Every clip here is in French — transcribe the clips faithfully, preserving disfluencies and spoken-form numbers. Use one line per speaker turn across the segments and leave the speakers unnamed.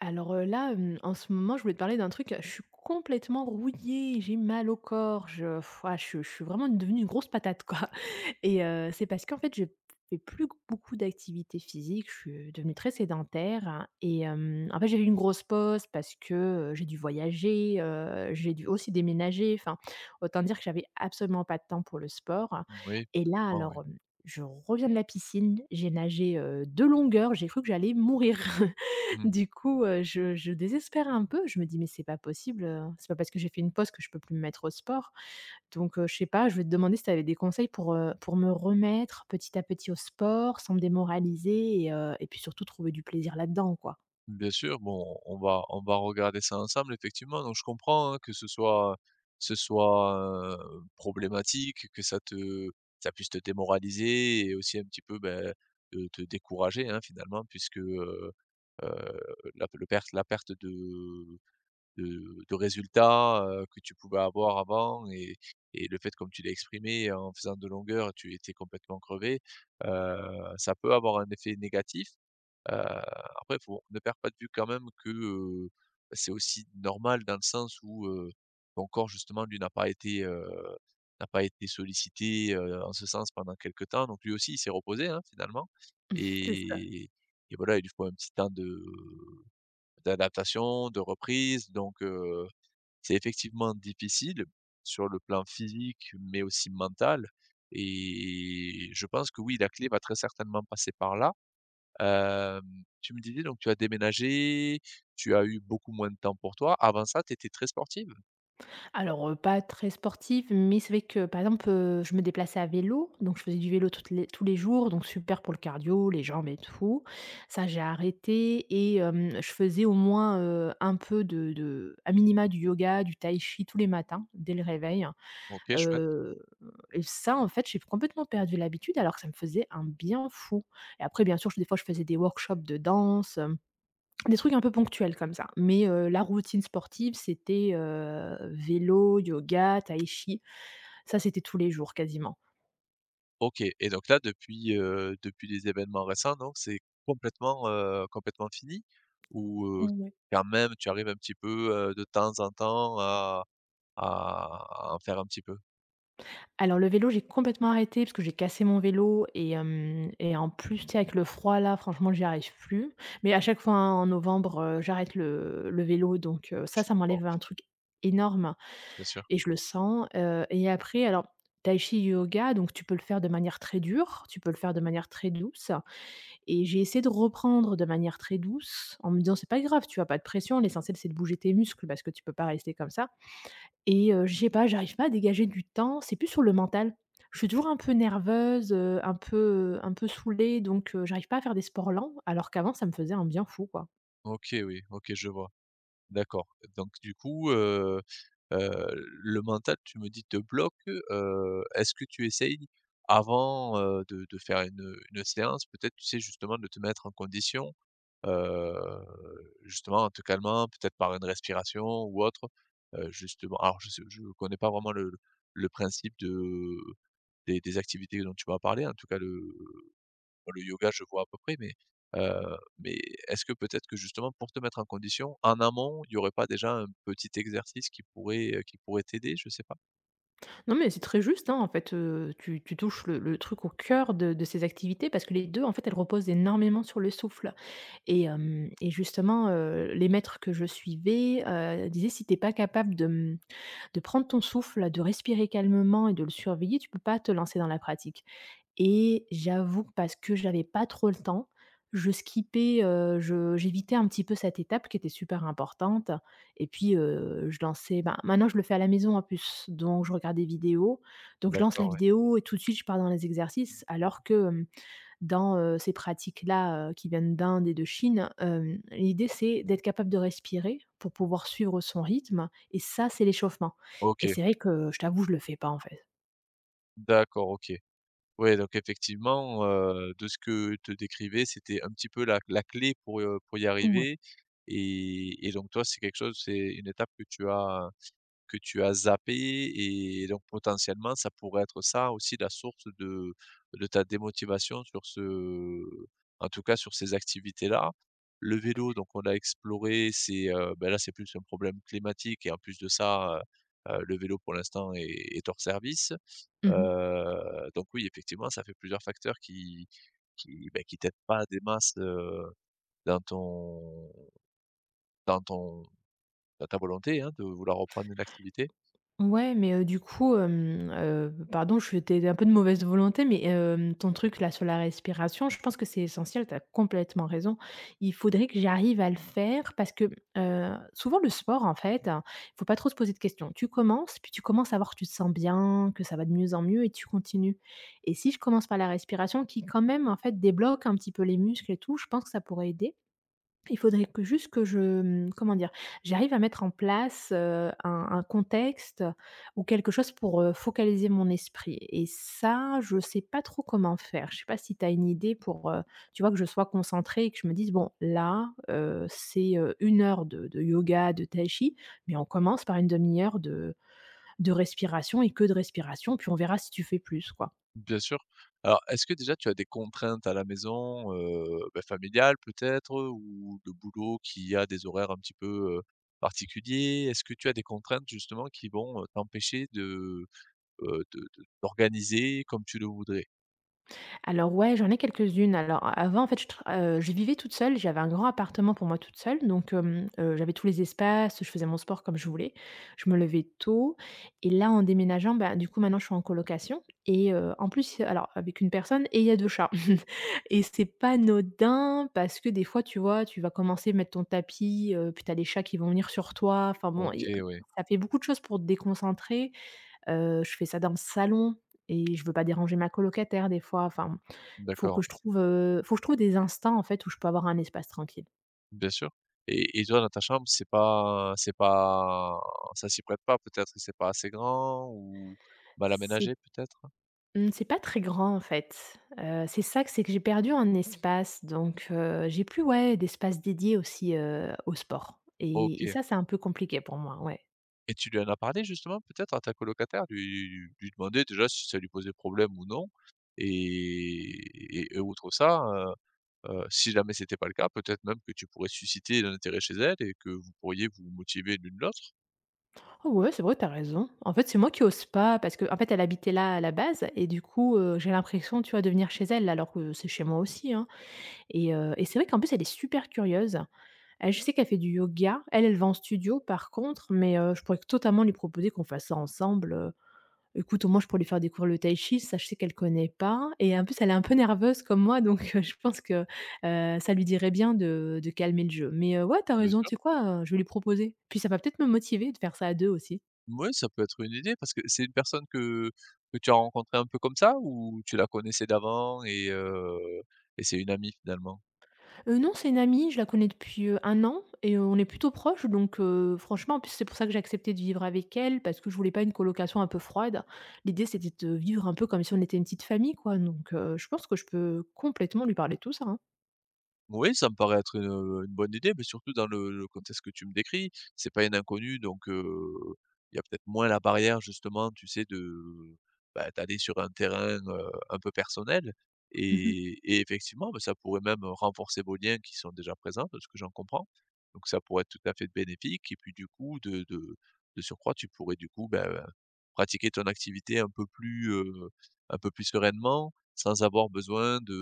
Alors, heu, là, hem, en ce moment, je voulais te parler d'un truc, je suis complètement rouillée, j'ai mal au corps, je pff, ah, je suis je suis vraiment devenue une grosse patate, quoi et heu, C'est parce qu'en fait, je fais plus beaucoup d'activités physiques, je suis devenue très sédentaire, hein, et hem, en fait, j'ai eu une grosse pause parce que, heu, j'ai dû voyager, heu, j'ai dû aussi déménager, enfin, autant dire que j'avais absolument pas de temps pour le sport.
Oui,
et
je
là,
comprends, oui.
alors, hem, je reviens de la piscine, j'ai nagé, heu, de longueur, j'ai cru que j'allais mourir.
Mmh.
Du coup, heu, je je désespère un peu. Je me dis: «Mais c'est pas possible, heu, c'est pas parce que j'ai fait une pause que je peux plus me mettre au sport». Donc, heu, je sais pas, je vais te demander si tu avais des conseils pour, heu, pour me remettre petit à petit au sport, sans me démoraliser et heu et puis surtout trouver du plaisir là-dedans, quoi.
Bien sûr, bon, on va on va regarder ça ensemble effectivement. Donc je comprends, hein, que ce soit ce soit, heu, problématique, que ça te ça puisse te démoraliser et aussi un petit peu, beh, te te décourager, hein, finalement puisque, heu heu, la le perte la perte de de de résultats, heu, que tu pouvais avoir avant et et le fait comme tu l'as exprimé en faisant de longueur, tu étais complètement crevé, heu, ça peut avoir un effet négatif. Heu, Après faut ne perd pas de vue quand même que, heu, bah, c'est aussi normal dans le sens où, heu, ton corps justement lui n'a pas été, heu, n'a pas été sollicité, heu, en ce sens pendant quelque temps. Donc lui aussi il s'est reposé, hein, finalement
C'est ça.
et et voilà, il lui faut un petit temps de d'adaptation, de reprise donc, heu, c'est effectivement difficile sur le plan physique, mais aussi mental et je pense que oui, la clé va très certainement passer par là. Hem, tu me disais donc tu as déménagé, tu as eu beaucoup moins de temps pour toi. Avant ça, tu étais très sportive?
Alors, heu, pas très sportive, mais c'est vrai que, par exemple, heu, je me déplaçais à vélo, donc je faisais du vélo toutes les tous les jours, donc super pour le cardio, les jambes et tout. Ça, j'ai arrêté et hem, je faisais au moins, heu, un peu de de à minima du yoga, du tai chi tous les matins dès le réveil, hein.
OK, chouette.
Heu et ça, en fait, j'ai complètement perdu l'habitude alors que ça me faisait un bien fou et après bien sûr, je des fois, je faisais des workshops de danse, des trucs un peu ponctuels comme ça, mais heu, la routine sportive, c'était, heu, vélo, yoga, tai chi. Ça, c'était tous les jours quasiment.
OK, et donc là, depuis, heu, depuis les événements récents, donc c'est complètement, heu, complètement fini? Ou, heu,
Mmh, ouais.
quand même tu arrives un petit peu, heu, de temps en temps à à à en faire un petit peu?
Alors le vélo, j'ai complètement arrêté parce que j'ai cassé mon vélo et hem et en plus, tu sais, avec le froid là, franchement, j'y arrive plus. Mais à chaque fois, hein, en novembre, heu, j'arrête le le vélo donc heu, ça,
Je
ça
comprends,
m'enlève un truc énorme
bien sûr.
et je le sens, heu et après alors tai chi, yoga, donc tu peux le faire de manière très dure, tu peux le faire de manière très douce. Et j'ai essayé de reprendre de manière très douce en me disant: «C'est pas grave, tu as pas de pression, l'essentiel c'est de bouger tes muscles parce que tu peux pas rester comme ça». Et heu, je sais pas, j'arrive pas à dégager du temps, c'est plus sur le mental. Je suis toujours un peu nerveuse, heu, un peu, un peu saoulée donc heu, j'arrive pas à faire des sports lents, alors qu'avant ça me faisait un bien fou, quoi.
OK, oui, OK, je vois. D'accord. Donc du coup, heu heu, le mental, tu me dis, te bloque, heu, est-ce que tu essayes avant, heu, de de faire une, une séance, peut-être, tu sais, justement, de te mettre en condition, heu, justement en te calmant, peut-être par une respiration ou autre? Heu, justement alors je sais je connais pas vraiment le le principe de des des activités dont tu m'as parlé, en tout cas le. Bon, le yoga, je vois à peu près, mais heu, mais est-ce que peut-être que justement pour te mettre en condition, en amont, il y aurait pas déjà un petit exercice qui pourrait, heu, qui pourrait t'aider? Je sais pas.
Non, mais c'est très juste, hein, en fait, heu, tu tu touches le le truc au cœur de de ces activités parce que les deux en fait, elles reposent énormément sur le souffle et hem et justement, heu, les maîtres que je suivais, heu, disaient: «Si t'es pas capable de, mmh, de prendre ton souffle, de respirer calmement et de le surveiller, tu peux pas te lancer dans la pratique et j'avoue que parce que j'avais pas trop le temps, je skippais, heu, je j'évitais un petit peu cette étape qui était super importante et puis, heu, je lançais ben, maintenant je le fais à la maison en plus, donc je regarde des vidéos, donc je lance la
D'accord, ouais.
vidéo et tout de suite je pars dans les exercices alors que, dans, heu, ces pratiques-là, heu, qui viennent d'Inde et de Chine, hem, l'idée c'est d'être capable de respirer pour pouvoir suivre son rythme et ça, c'est l'échauffement et
OK,
c'est vrai que je t'avoue, je le fais pas, en fait.
d'accord, OK. Ouais, donc effectivement, heu, de ce que te décrivais, c'était un petit peu la la clé pour, heu, pour y
Ouais.
arriver et et donc toi, c'est quelque chose, c'est une étape que tu as que tu as zappé et donc potentiellement, ça pourrait être ça aussi la source de de ta démotivation sur ce, en tout cas sur ces activités-là. Le vélo, donc on a exploré, c'est, heu, bah, là, c'est plus un problème climatique et en plus de ça, heu heu, le vélo pour l'instant est est hors service.
Mmh.
Heu, donc oui, effectivement, ça fait plusieurs facteurs qui qui, bah, qui t'aident pas des masses, heu, dans ton dans ton dans ta volonté, hein, de vouloir reprendre une activité.
Ouais, mais heu, du coup, hem, heu, pardon, je étais un peu de mauvaise volonté, mais hem, ton truc là sur la respiration, je pense que c'est essentiel, tu as complètement raison. Il faudrait que j'arrive à le faire parce que, heu, souvent le sport en fait, hein, il faut pas trop se poser de questions. Tu commences, puis tu commences à voir que tu te sens bien, que ça va de mieux en mieux et tu continues et si je commence par la respiration qui quand même en fait débloque un petit peu les muscles et tout, je pense que ça pourrait aider. Il faudrait que juste que je, mmh, comment dire? J'arrive à mettre en place, heu, un un contexte ou quelque chose pour, heu, focaliser mon esprit et ça, je sais pas trop comment faire. Je sais pas si tu as une idée pour, heu, tu vois, que je sois concentrée et que je me dise: «Bon, là, heu, c'est, heu, une heure de de yoga, de tai chi, mais on commence par une demi heure de de respiration et que de respiration, puis on verra si tu fais plus», quoi.
Bien sûr. Alors, est-ce que déjà tu as des contraintes à la maison, heu, bah, familiales peut-être, ou de boulot qui a des horaires un petit peu, heu, particuliers? Est-ce que tu as des contraintes justement qui vont, heu, t'empêcher de, heu, de de d'organiser comme tu le voudrais?
Alors ouais, j'en ai quelques-unes. Alors avant, en fait, je tra heu, je vivais toute seule, j'avais un grand appartement pour moi toute seule, donc hem, heu, j'avais tous les espaces, je faisais mon sport comme je voulais. Je me levais tôt et là, en déménageant, bah, du coup, maintenant, je suis en colocation et heu, en plus, alors avec une personne et il y a deux chats et c'est pas anodin parce que des fois, tu vois, tu vas commencer à mettre ton tapis, heu, puis tu as les chats qui vont venir sur toi. Enfin bon, il
OK, ouais,
ça fait beaucoup de choses pour te déconcentrer. Heu, je fais ça dans le salon et je veux pas déranger ma colocataire des fois. Enfin, faut
d'accord,
que je
ouais,
trouve, heu, faut que je trouve des instants en fait où je peux avoir un espace tranquille.
bien sûr. Et et toi dans ta chambre, c'est pas c'est pas, ça s'y prête pas peut-être? C'est pas assez grand ou mal
C'est
aménagé peut-être?
mmh, c'est pas très grand en fait. Heu, c'est ça que c'est que j'ai perdu un espace donc heu, j'ai plus, ouais, d'espace dédié aussi, heu, au sport et et
OK.
ça, c'est un peu compliqué pour moi, ouais.
Et tu lui en as parlé justement peut-être à ta colocataire? Lui lui demander déjà si ça lui posait problème ou non? Et et et outre ça, heu heu, si jamais c'était pas le cas, peut-être même que tu pourrais susciter l'intérêt chez elle et que vous pourriez vous motiver l'une l'autre,
Oh ouais, c'est vrai, t'as raison. En fait, c'est moi qui ose pas parce que en fait, elle habitait là à la base et du coup, heu, j'ai l'impression, tu vois, de venir chez elle alors que c'est chez moi aussi, hein, et heu et c'est vrai qu'en plus, elle est super curieuse. Elle, je sais qu'elle fait du yoga. Elle, elle va en studio par contre, mais heu, je pourrais totalement lui proposer qu'on fasse ça ensemble, heu. Écoute, au moins, je pourrais lui faire découvrir le tai chi, ça, je sais qu'elle connaît pas et en plus, elle est un peu nerveuse comme moi, donc heu, je pense que, heu, ça lui dirait bien de de calmer le jeu. Mais heu, ouais, tu as
bien
raison,
sûr.
tu sais quoi? Heu, je vais lui proposer. Puis ça va peut-être me motiver de faire ça à deux aussi.
Mouais, ça peut être une idée parce que c'est une personne que que tu as rencontrée un peu comme ça ou tu la connaissais d'avant et heu et c'est une amie finalement?
Heu, non, c'est une amie, je la connais depuis, heu, un an et euh, on est plutôt proches donc heu, franchement, en plus, c'est pour ça que j'ai accepté de vivre avec elle parce que je voulais pas une colocation un peu froide. L'idée, c'était de vivre un peu comme si on était une petite famille, quoi, donc heu, je pense que je peux complètement lui parler de tout ça, hein.
Oui, ça me paraît être une, une bonne idée, mais surtout dans le le contexte que tu me décris. C'est pas une inconnue, donc heu, il y a peut-être moins la barrière justement, tu sais, de, bah, d'aller sur un terrain, heu, un peu personnel
Mmh.
et et effectivement, bah, ça pourrait même renforcer vos liens qui sont déjà présents, de ce que j'en comprends. Donc ça pourrait être tout à fait bénéfique et puis du coup, de de de surcroît, tu pourrais du coup, bah, pratiquer ton activité un peu plus, heu, un peu plus sereinement sans avoir besoin de,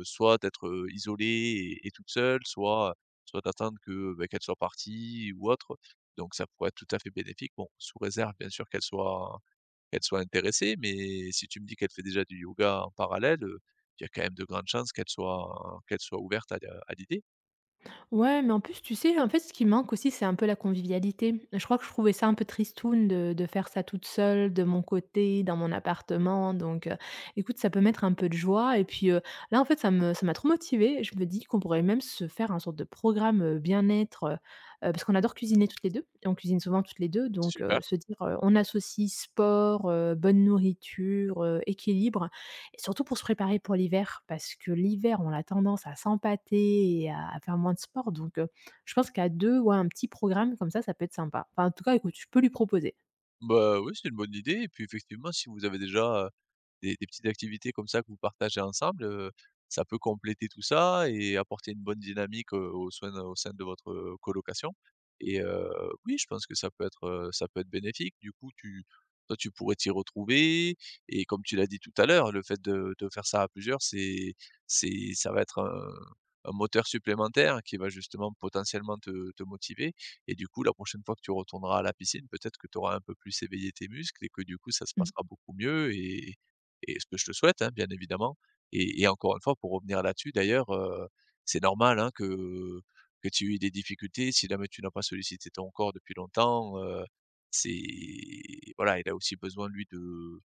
heu, soit d'être, heu, isolée et et toute seule, soit soit d'attendre que, beh, qu'elle soit partie ou autre. Donc ça pourrait être tout à fait bénéfique. Bon, sous réserve bien sûr qu'elle soit qu'elle soit intéressée, mais si tu me dis qu'elle fait déjà du yoga en parallèle, heu, il y a quand même de grandes chances qu'elle soit qu'elle soit ouverte à à l'idée.
Ouais, mais en plus, tu sais, en fait, ce qui manque aussi, c'est un peu la convivialité. Je crois que je trouvais ça un peu tristoun de, de faire ça toute seule, de mon côté, dans mon appartement. Donc, euh, écoute, ça peut mettre un peu de joie. Et puis euh, là, en fait, ça me, ça m'a trop motivée. Je me dis qu'on pourrait même se faire un sorte de programme euh, bien-être, euh, euh, parce qu'on adore cuisiner toutes les deux. Et on cuisine souvent toutes les deux. Donc,
Super.
euh, se dire, euh, on associe sport, euh, bonne nourriture, euh, équilibre. Surtout pour se préparer pour l'hiver, parce que l'hiver, on a tendance à s'empâter et à à faire moins de sport, donc heu, je pense qu'à deux ouais, un petit programme comme ça, ça peut être sympa. Enfin, en tout cas, écoute, je peux lui proposer.
Bah, oui, c'est une bonne idée et puis effectivement si vous avez déjà, des des petites activités comme ça que vous partagez ensemble, heu, ça peut compléter tout ça et apporter une bonne dynamique, heu, au sein de au sein de votre, heu, colocation et heu, oui, je pense que ça peut être, heu, ça peut être bénéfique. Du coup, tu toi, tu pourrais t'y retrouver et comme tu l'as dit tout à l'heure, le fait de de faire ça à plusieurs, c'est c'est ça va être un un moteur supplémentaire qui va justement potentiellement te te motiver et du coup, la prochaine fois que tu retourneras à la piscine, peut-être que tu auras un peu plus éveillé tes muscles et que du coup, ça se
Mmh.
passera beaucoup mieux et et ce que je te souhaite, hein, bien évidemment. Et et encore une fois, pour revenir là-dessus d'ailleurs, heu, c'est normal, hein, que que tu aies eu des difficultés si jamais tu n'as pas sollicité ton corps depuis longtemps, heu, c'est voilà, il a aussi besoin lui de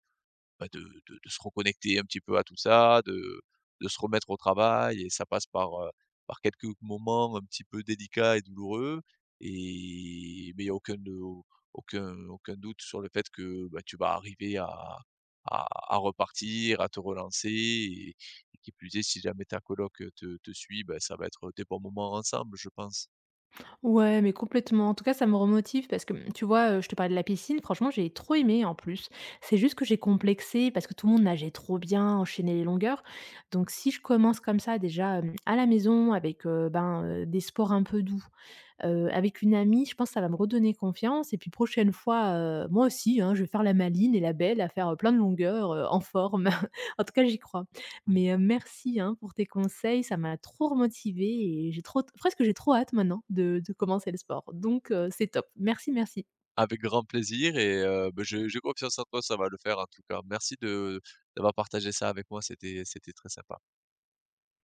bah, de de de se reconnecter un petit peu à tout ça, de de se remettre au travail et ça passe par, heu, par quelques moments un petit peu délicats et douloureux et mais il y a aucun de aucun aucun doute sur le fait que, bah, tu vas arriver à à à repartir, à te relancer et et qui plus est, si jamais ta coloc, te te suit, bah, ça va être des bons moments ensemble, je pense.
Ouais, mais complètement. En tout cas, ça me remotive parce que, mmh, tu vois, heu, je te parlais de la piscine, franchement, j'ai trop aimé en plus. C'est juste que j'ai complexé parce que tout le monde nageait trop bien, enchaînait les longueurs, donc si je commence comme ça déjà, hem, à la maison avec, heu, ben, heu, des sports un peu doux, heu, avec une amie, je pense que ça va me redonner confiance et puis prochaine fois, heu, moi aussi, hein, je vais faire la maline et la belle à faire, heu, plein de longueurs, heu, en forme. En tout cas, j'y crois.
Mmh.
Mais, heu, merci, hein, pour tes conseils, ça m'a trop remotivée et j'ai trop presque j'ai trop hâte maintenant de de commencer le sport donc, heu, c'est top. Merci, merci.
Avec grand plaisir et heu, beh, j'ai j'ai confiance en toi, ça va le faire en tout cas. Merci de d'avoir partagé ça avec moi, c'était c'était très sympa.